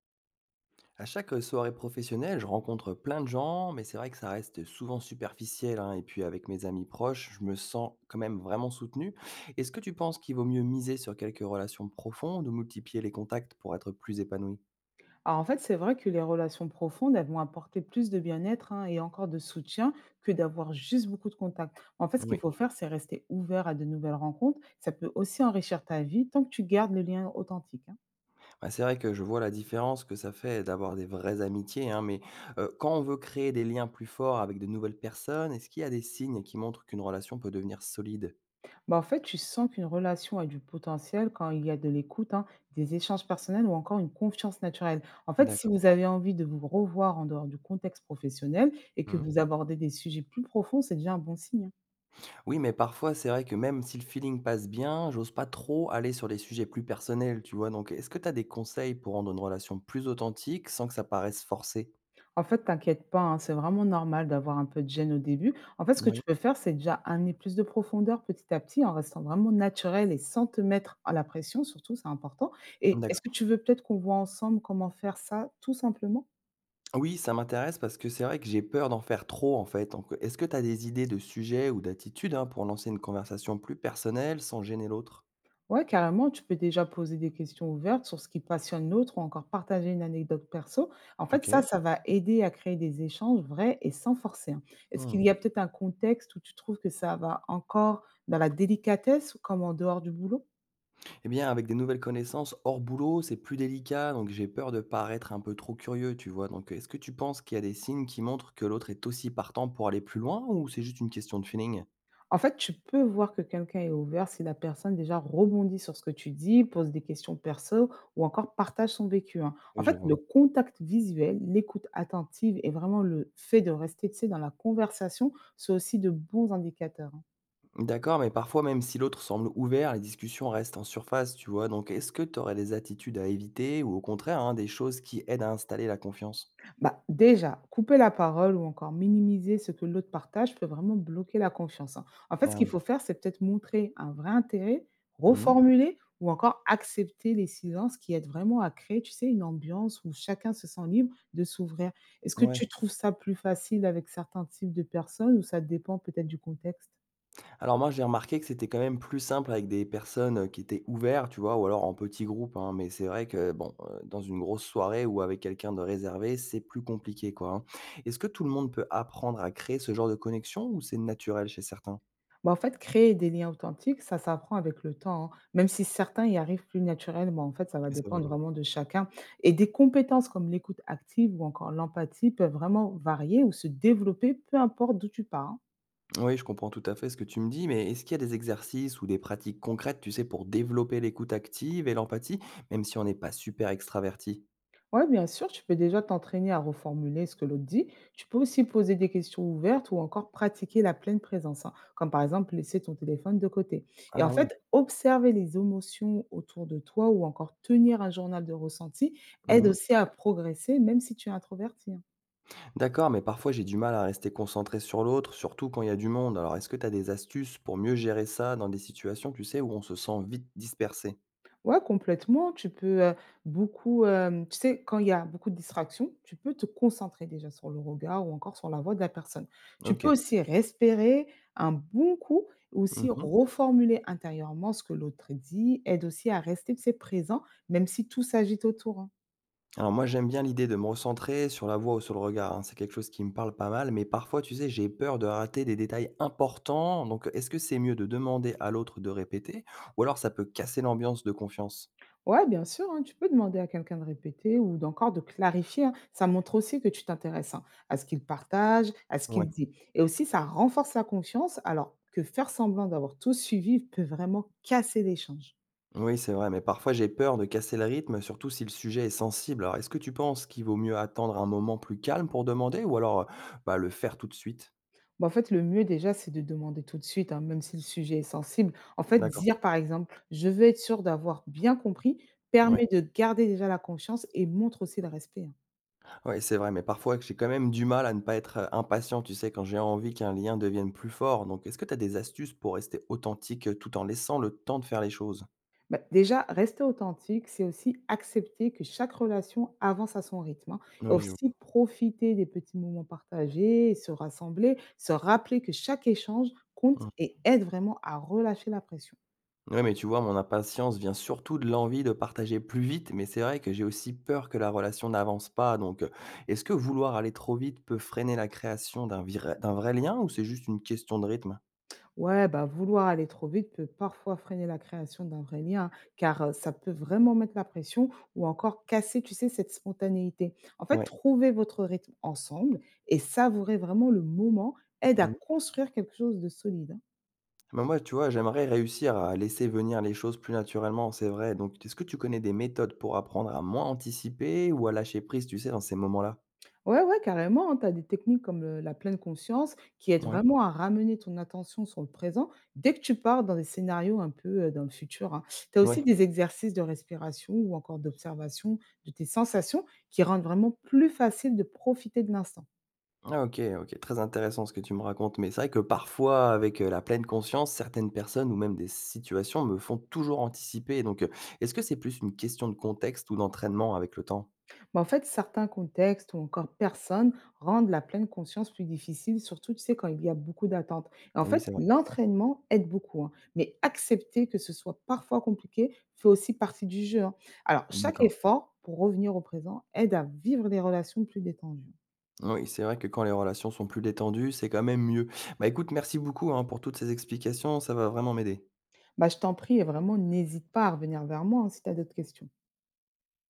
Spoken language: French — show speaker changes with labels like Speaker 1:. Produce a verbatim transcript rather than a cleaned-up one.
Speaker 1: À chaque euh, soirée professionnelle, je rencontre plein de gens, mais c'est vrai que ça reste souvent superficiel, hein. Et puis avec mes amis proches, je me sens quand même vraiment soutenu. Est-ce que tu penses qu'il vaut mieux miser sur quelques relations profondes ou multiplier les contacts pour être plus épanoui?
Speaker 2: Alors en fait, c'est vrai que les relations profondes, elles vont apporter plus de bien-être hein, et encore de soutien que d'avoir juste beaucoup de contacts. En fait, ce qu'il
Speaker 1: Oui.
Speaker 2: faut faire, c'est rester ouvert à de nouvelles rencontres. Ça peut aussi enrichir ta vie tant que tu gardes le lien authentique, hein.
Speaker 1: Bah, c'est vrai que je vois la différence que ça fait d'avoir des vraies amitiés, hein, mais euh, quand on veut créer des liens plus forts avec de nouvelles personnes, est-ce qu'il y a des signes qui montrent qu'une relation peut devenir solide?
Speaker 2: Bah, en fait, tu sens qu'une relation a du potentiel quand il y a de l'écoute, hein, des échanges personnels ou encore une confiance naturelle. En fait, si vous
Speaker 1: D'accord.
Speaker 2: avez envie de vous revoir en dehors du contexte professionnel et que vous abordez des sujets plus profonds, c'est déjà un bon signe, hein.
Speaker 1: Oui, mais parfois, c'est vrai que même si le feeling passe bien, j'ose pas trop aller sur les sujets plus personnels, tu vois? Donc, est-ce que tu as des conseils pour rendre une relation plus authentique sans que ça paraisse forcé?
Speaker 2: En fait, t'inquiète pas, hein, c'est vraiment normal d'avoir un peu de gêne au début. En fait, ce que
Speaker 1: Oui,
Speaker 2: tu peux faire, c'est déjà amener plus de profondeur petit à petit en restant vraiment naturel et sans te mettre à la pression, surtout, c'est important. Et est-ce que
Speaker 1: d'accord.
Speaker 2: tu veux peut-être qu'on voit ensemble comment faire ça tout simplement?
Speaker 1: Oui, ça m'intéresse parce que c'est vrai que j'ai peur d'en faire trop, en fait. Donc, est-ce que tu as des idées de sujets ou d'attitudes, hein, pour lancer une conversation plus personnelle sans gêner l'autre?
Speaker 2: Ouais, carrément, tu peux déjà poser des questions ouvertes sur ce qui passionne l'autre ou encore partager une anecdote perso. En fait,
Speaker 1: Ok.
Speaker 2: ça, ça va aider à créer des échanges vrais et sans forcer, hein. Est-ce
Speaker 1: Hmm.
Speaker 2: qu'il y a peut-être un contexte où tu trouves que ça va encore dans la délicatesse, comme en dehors du boulot?
Speaker 1: Eh bien, avec des nouvelles connaissances hors boulot, c'est plus délicat, donc j'ai peur de paraître un peu trop curieux, tu vois. Donc, est-ce que tu penses qu'il y a des signes qui montrent que l'autre est aussi partant pour aller plus loin ou c'est juste une question de feeling?
Speaker 2: En fait, tu peux voir que quelqu'un est ouvert si la personne déjà rebondit sur ce que tu dis, pose des questions perso ou encore partage son vécu, hein.
Speaker 1: Oui,
Speaker 2: En
Speaker 1: je
Speaker 2: fait,
Speaker 1: vois.
Speaker 2: le contact visuel, l'écoute attentive et vraiment le fait de rester, tu sais, dans la conversation, sont aussi de bons indicateurs, hein.
Speaker 1: D'accord, mais parfois, même si l'autre semble ouvert, les discussions restent en surface, tu vois. Donc, est-ce que tu aurais des attitudes à éviter ou au contraire, hein, des choses qui aident à installer la confiance?
Speaker 2: Bah, déjà, couper la parole ou encore minimiser ce que l'autre partage peut vraiment bloquer la confiance, hein. En fait, ce
Speaker 1: Ah
Speaker 2: qu'il
Speaker 1: ouais.
Speaker 2: faut faire, c'est peut-être montrer un vrai intérêt,
Speaker 1: Mhm.
Speaker 2: reformuler ou encore accepter les silences qui aident vraiment à créer, tu sais, une ambiance où chacun se sent libre de s'ouvrir. Est-ce que
Speaker 1: Ouais.
Speaker 2: tu trouves ça plus facile avec certains types de personnes ou ça dépend peut-être du contexte?
Speaker 1: Alors moi, j'ai remarqué que c'était quand même plus simple avec des personnes, heu, qui étaient ouvertes, tu vois? Ou alors en petits groupes, hein. Mais c'est vrai que bon, heu, dans une grosse soirée ou avec quelqu'un de réservé, c'est plus compliqué, quoi, hein. Est-ce que tout le monde peut apprendre à créer ce genre de connexion ou c'est naturel chez certains?
Speaker 2: Bah, en fait, créer des liens authentiques, ça s'apprend avec le temps, hein, même si certains y arrivent plus naturellement. En fait, ça va
Speaker 1: Oui, c'est vrai.
Speaker 2: dépendre vraiment de chacun. Et des compétences comme l'écoute active ou encore l'empathie peuvent vraiment varier ou se développer, peu importe d'où tu pars, hein.
Speaker 1: Oui, je comprends tout à fait ce que tu me dis, mais est-ce qu'il y a des exercices ou des pratiques concrètes, tu sais, pour développer l'écoute active et l'empathie, même si on n'est pas super extraverti?
Speaker 2: Ouais, bien sûr, tu peux déjà t'entraîner à reformuler ce que l'autre dit. Tu peux aussi poser des questions ouvertes ou encore pratiquer la pleine présence, hein, comme par exemple laisser ton téléphone de côté. Et en
Speaker 1: Ah ouais.
Speaker 2: fait, observer les émotions autour de toi ou encore tenir un journal de ressenti aide
Speaker 1: Mmh.
Speaker 2: aussi à progresser, même si tu es introverti, hein.
Speaker 1: D'accord, mais parfois j'ai du mal à rester concentré sur l'autre, surtout quand il y a du monde. Alors est-ce que tu as des astuces pour mieux gérer ça dans des situations, tu sais, où on se sent vite dispersé?
Speaker 2: Ouais, complètement. Tu peux, heu, beaucoup, hem, tu sais, quand il y a beaucoup de distractions, tu peux te concentrer déjà sur le regard ou encore sur la voix de la personne. Tu
Speaker 1: Ok.
Speaker 2: peux aussi respirer un bon coup, aussi
Speaker 1: Mhm.
Speaker 2: reformuler intérieurement ce que l'autre dit, aide aussi à rester, tu sais, présent, même si tout s'agite autour, hein.
Speaker 1: Alors moi j'aime bien l'idée de me recentrer sur la voix ou sur le regard, hein. C'est quelque chose qui me parle pas mal, mais parfois tu sais j'ai peur de rater des détails importants, donc est-ce que c'est mieux de demander à l'autre de répéter, ou alors ça peut casser l'ambiance de confiance?
Speaker 2: Ouais, bien sûr, hein, tu peux demander à quelqu'un de répéter ou d'encore de clarifier, hein. Ça montre aussi que tu t'intéresses hein, à ce qu'il partage, à ce
Speaker 1: Ouais.
Speaker 2: qu'il dit. Et aussi, ça renforce la confiance, alors que faire semblant d'avoir tout suivi peut vraiment casser l'échange.
Speaker 1: Oui, c'est vrai, mais parfois j'ai peur de casser le rythme, surtout si le sujet est sensible. Alors, est-ce que tu penses qu'il vaut mieux attendre un moment plus calme pour demander ou alors euh, bah, le faire tout de suite?
Speaker 2: Bah, en fait, le mieux déjà, c'est de demander tout de suite, hein, même si le sujet est sensible. En fait,
Speaker 1: D'accord.
Speaker 2: dire par exemple, je veux être sûr d'avoir bien compris,
Speaker 1: Oui.
Speaker 2: permet de garder déjà la confiance et montre aussi le respect, hein.
Speaker 1: Ouais, c'est vrai, mais parfois j'ai quand même du mal à ne pas être euh, impatient, tu sais, quand j'ai envie qu'un lien devienne plus fort. Donc, est-ce que tu as des astuces pour rester authentique euh, tout en laissant le temps de faire les choses?
Speaker 2: Bah, déjà, rester authentique, c'est aussi accepter que chaque relation avance à son rythme, hein. Et
Speaker 1: Oui, je
Speaker 2: aussi profiter des petits moments partagés, se rassembler, se rappeler que chaque échange compte
Speaker 1: vois.
Speaker 2: et aide vraiment à relâcher la pression.
Speaker 1: Ouais, mais tu vois, mon impatience vient surtout de l'envie de partager plus vite, mais c'est vrai que j'ai aussi peur que la relation n'avance pas. Donc, euh, est-ce que vouloir aller trop vite peut freiner la création d'un vira- d'un vrai lien ou c'est juste une question de rythme?
Speaker 2: Ouais, bah, vouloir aller trop vite peut parfois freiner la création d'un vrai lien, hein, car euh, ça peut vraiment mettre la pression ou encore casser, tu sais, cette spontanéité. En fait,
Speaker 1: Ouais.
Speaker 2: trouver votre rythme ensemble et savourer vraiment le moment aide à
Speaker 1: Mhm.
Speaker 2: construire quelque chose de solide, hein.
Speaker 1: Mais moi, tu vois, j'aimerais réussir à laisser venir les choses plus naturellement, c'est vrai. Donc, est-ce que tu connais des méthodes pour apprendre à moins anticiper ou à lâcher prise, tu sais, dans ces moments-là?
Speaker 2: Ouais, ouais, carrément, hein. Tu as des techniques comme le la pleine conscience qui aident
Speaker 1: Ouais.
Speaker 2: vraiment à ramener ton attention sur le présent dès que tu pars dans des scénarios un peu, heu, dans le futur, hein. Tu as
Speaker 1: Ouais.
Speaker 2: aussi des exercices de respiration ou encore d'observation de tes sensations qui rendent vraiment plus facile de profiter de l'instant.
Speaker 1: Ah OK, OK, très intéressant ce que tu me racontes, mais c'est vrai que parfois, avec, heu, la pleine conscience, certaines personnes ou même des situations me font toujours anticiper, donc heu, est-ce que c'est plus une question de contexte ou d'entraînement avec le temps?
Speaker 2: Bah, en fait, certains contextes ou encore personnes rendent la pleine conscience plus difficile, surtout, tu sais, quand il y a beaucoup d'attentes. Et en
Speaker 1: Ah oui,
Speaker 2: fait,
Speaker 1: c'est vrai.
Speaker 2: l'entraînement aide beaucoup, hein, mais accepter que ce soit parfois compliqué fait aussi partie du jeu, hein. Alors, chaque
Speaker 1: D'accord.
Speaker 2: effort pour revenir au présent aide à vivre des relations plus détendues.
Speaker 1: Oui, c'est vrai que quand les relations sont plus détendues, c'est quand même mieux. Bah, écoute, merci beaucoup, hein, pour toutes ces explications, ça va vraiment m'aider.
Speaker 2: Bah, je t'en prie, et vraiment, n'hésite pas à revenir vers moi hein, si tu as d'autres questions.